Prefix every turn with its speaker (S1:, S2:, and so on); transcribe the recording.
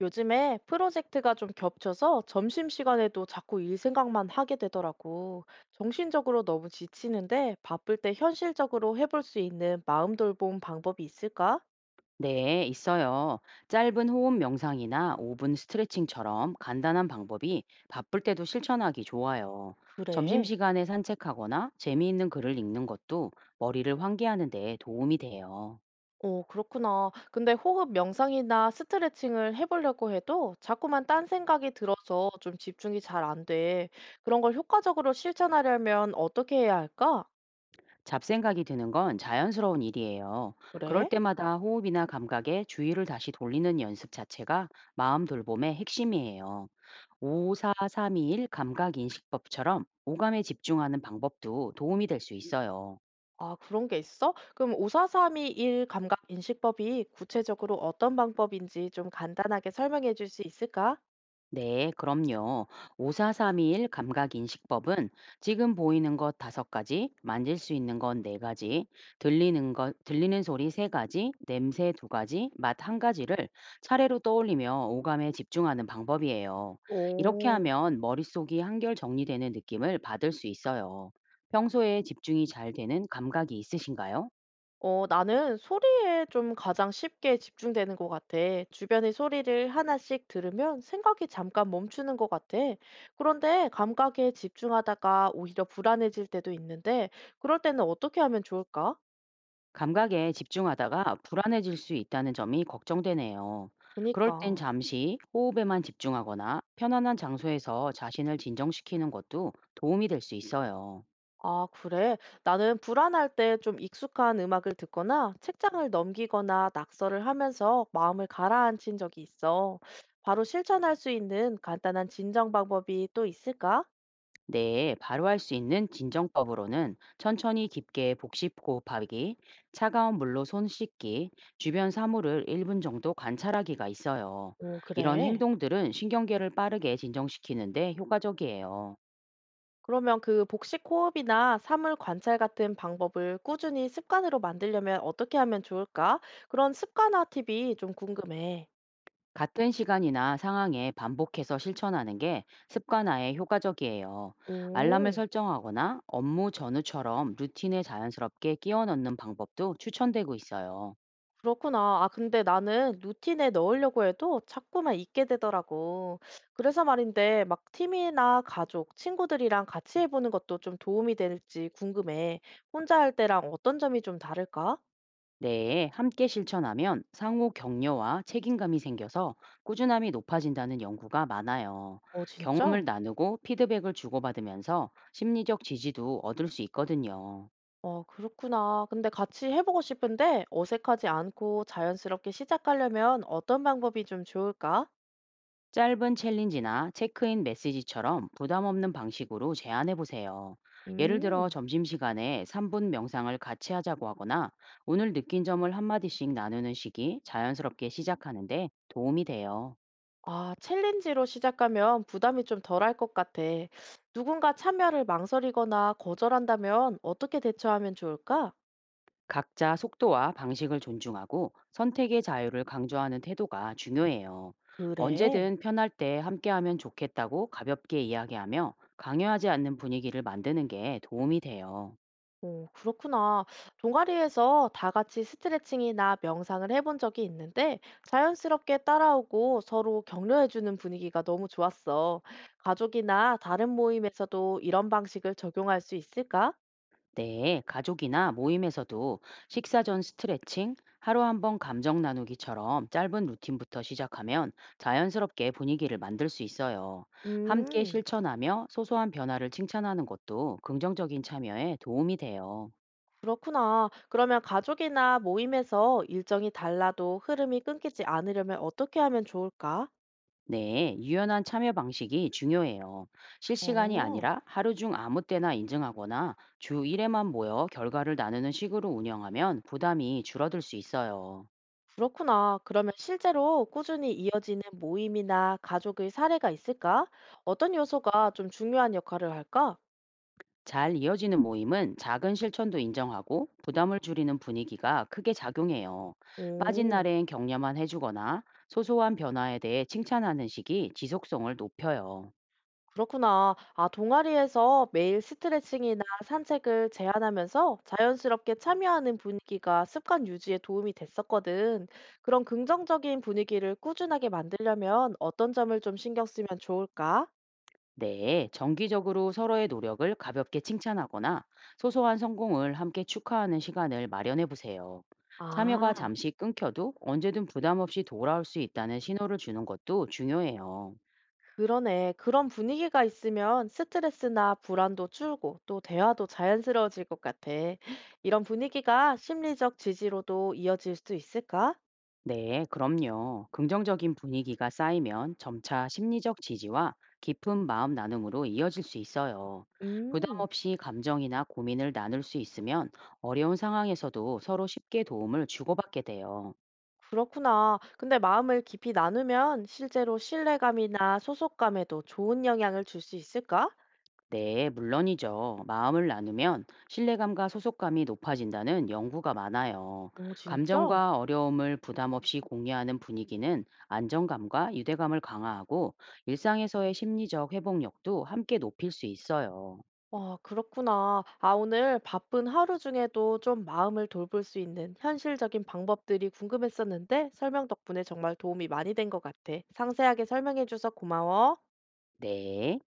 S1: 요즘에 프로젝트가 좀 겹쳐서 점심시간에도 자꾸 일 생각만 하게 되더라고. 정신적으로 너무 지치는데 바쁠 때 현실적으로 해볼 수 있는 마음 돌봄 방법이 있을까?
S2: 네, 있어요. 짧은 호흡 명상이나 5분 스트레칭처럼 간단한 방법이 바쁠 때도 실천하기 좋아요.
S1: 그래.
S2: 점심시간에 산책하거나 재미있는 글을 읽는 것도 머리를 환기하는 데 도움이 돼요.
S1: 그렇구나. 근데 호흡 명상이나 스트레칭을 해보려고 해도 자꾸만 딴 생각이 들어서 좀 집중이 잘 안 돼. 그런 걸 효과적으로 실천하려면 어떻게 해야 할까?
S2: 잡생각이 드는 건 자연스러운 일이에요. 그럴
S1: 그래?
S2: 때마다 호흡이나 감각에 주의를 다시 돌리는 연습 자체가 마음 돌봄의 핵심이에요. 54321 감각인식법처럼 오감에 집중하는 방법도 도움이 될 수 있어요.
S1: 아, 그런 게 있어? 그럼 54321 감각 인식법이 구체적으로 어떤 방법인지 좀 간단하게 설명해 줄 수 있을까?
S2: 네, 그럼요. 54321 감각인식법은 지금 보이는 것 다섯 가지, 만질 수 있는 건 네 가지, 들리는 것, 들리는 소리 세 가지, 냄새 두 가지, 맛 한 가지를 차례로 떠올리며 오감에 집중하는 방법이에요. 이렇게
S1: 오,
S2: 하면 머릿속이 한결 정리되는 느낌을 받을 수 있어요. 평소에 집중이 잘 되는 감각이 있으신가요?
S1: 나는 소리에 좀 가장 쉽게 집중되는 것 같아. 주변의 소리를 하나씩 들으면 생각이 잠깐 멈추는 것 같아. 그런데 감각에 집중하다가 오히려 불안해질 때도 있는데, 그럴 때는 어떻게 하면 좋을까?
S2: 감각에 집중하다가 불안해질 수 있다는 점이 걱정되네요. 그럴 땐
S1: 그니까.
S2: 잠시 호흡에만 집중하거나 편안한 장소에서 자신을 진정시키는 것도 도움이 될 수 있어요.
S1: 아, 그래? 나는 불안할 때 좀 익숙한 음악을 듣거나 책장을 넘기거나 낙서를 하면서 마음을 가라앉힌 적이 있어. 바로 실천할 수 있는 간단한 진정 방법이 또 있을까?
S2: 뇌에 바로 할 수 있는 진정법으로는 천천히 깊게 복식 호흡하기, 차가운 물로 손 씻기, 주변 사물을 1분 정도 관찰하기가 있어요.
S1: 오,
S2: 이런
S1: 그래.
S2: 행동들은 신경계를 빠르게 진정시키는데 효과적이에요.
S1: 그러면 그 복식 호흡이나 사물 관찰 같은 방법을 꾸준히 습관으로 만들려면 어떻게 하면 좋을까? 그런 습관화 팁이 좀 궁금해.
S2: 같은 시간이나 상황에 반복해서 실천하는 게 습관화에 효과적이에요. 알람을
S1: 오.
S2: 설정하거나 업무 전후처럼 루틴에 자연스럽게 끼워 넣는 방법도 추천되고 있어요.
S1: 그렇구나. 아, 근데 나는 루틴에 넣으려고 해도 자꾸만 잊게 되더라고. 그래서 말인데, 막 팀이나 가족, 친구들이랑 같이 해보는 것도 좀 도움이 될지 궁금해. 혼자 할 때랑 어떤 점이 좀 다를까?
S2: 네, 함께 실천하면 상호 격려와 책임감이 생겨서 꾸준함이 높아진다는 연구가 많아요.
S1: 어,
S2: 경험을
S1: 진짜?
S2: 나누고 피드백을 주고받으면서 심리적 지지도 얻을 수 있거든요.
S1: 그렇구나. 근데 같이 해보고 싶은데 어색하지 않고 자연스럽게 시작하려면 어떤 방법이 좀 좋을까?
S2: 짧은 챌린지나 체크인 메시지처럼 부담 없는 방식으로 제안해 보세요. 예를 들어
S1: 음.
S2: 점심시간에 3분 명상을 같이 하자고 하거나 오늘 느낀 점을 한마디씩 나누는 식이 자연스럽게 시작하는데 도움이 돼요.
S1: 아, 챌린지로 시작하면 부담이 좀 덜할 것 같아. 누군가 참여를 망설이거나 거절한다면 어떻게 대처하면 좋을까?
S2: 각자 속도와 방식을 존중하고 선택의 자유를 강조하는 태도가 중요해요.
S1: 그래.
S2: 언제든 편할 때 함께하면 좋겠다고 가볍게 이야기하며 강요하지 않는 분위기를 만드는 게 도움이 돼요.
S1: 오, 그렇구나. 동아리에서 다 같이 스트레칭이나 명상을 해본 적이 있는데 자연스럽게 따라오고 서로 격려해주는 분위기가 너무 좋았어. 가족이나 다른 모임에서도 이런 방식을 적용할 수 있을까?
S2: 네, 가족이나 모임에서도 식사 전 스트레칭, 하루 한 번 감정 나누기처럼 짧은 루틴부터 시작하면 자연스럽게 분위기를 만들 수 있어요. 함께
S1: 음.
S2: 실천하며 소소한 변화를 칭찬하는 것도 긍정적인 참여에 도움이 돼요.
S1: 그렇구나. 그러면 가족이나 모임에서 일정이 달라도 흐름이 끊기지 않으려면 어떻게 하면 좋을까?
S2: 네, 유연한 참여 방식이 중요해요. 실시간이
S1: 어,
S2: 아니라 하루 중 아무 때나 인증하거나 주 1회만 모여 결과를 나누는 식으로 운영하면 부담이 줄어들 수 있어요.
S1: 그렇구나. 그러면 실제로 꾸준히 이어지는 모임이나 가족의 사례가 있을까? 어떤 요소가 좀 중요한 역할을 할까?
S2: 잘 이어지는 모임은 작은 실천도 인정하고 부담을 줄이는 분위기가 크게 작용해요. 빠진
S1: 오.
S2: 날엔 격려만 해주거나 소소한 변화에 대해 칭찬하는 식이 지속성을 높여요.
S1: 그렇구나. 아, 동아리에서 매일 스트레칭이나 산책을 제안하면서 자연스럽게 참여하는 분위기가 습관 유지에 도움이 됐었거든. 그런 긍정적인 분위기를 꾸준하게 만들려면 어떤 점을 좀 신경 쓰면 좋을까?
S2: 네, 정기적으로 서로의 노력을 가볍게 칭찬하거나 소소한 성공을 함께 축하하는 시간을 마련해 보세요. 참여가
S1: 아,
S2: 잠시 끊겨도 언제든 부담 없이 돌아올 수 있다는 신호를 주는 것도 중요해요.
S1: 그러네. 그런 분위기가 있으면 스트레스나 불안도 줄고 또 대화도 자연스러워질 것 같아. 이런 분위기가 심리적 지지로도 이어질 수 있을까?
S2: 네, 그럼요. 긍정적인 분위기가 쌓이면 점차 심리적 지지와 깊은 마음 나눔으로 이어질 수 있어요. 부담
S1: 음.
S2: 없이 감정이나 고민을 나눌 수 있으면 어려운 상황에서도 서로 쉽게 도움을 주고받게 돼요.
S1: 그렇구나. 근데 마음을 깊이 나누면 실제로 신뢰감이나 소속감에도 좋은 영향을 줄 수 있을까?
S2: 네, 물론이죠. 마음을 나누면 신뢰감과 소속감이 높아진다는 연구가 많아요.
S1: 오, 진짜?
S2: 감정과 어려움을 부담 없이 공유하는 분위기는 안정감과 유대감을 강화하고 일상에서의 심리적 회복력도 함께 높일 수 있어요.
S1: 와, 그렇구나. 아, 오늘 바쁜 하루 중에도 좀 마음을 돌볼 수 있는 현실적인 방법들이 궁금했었는데 설명 덕분에 정말 도움이 많이 된 것 같아. 상세하게 설명해줘서 고마워.
S2: 네.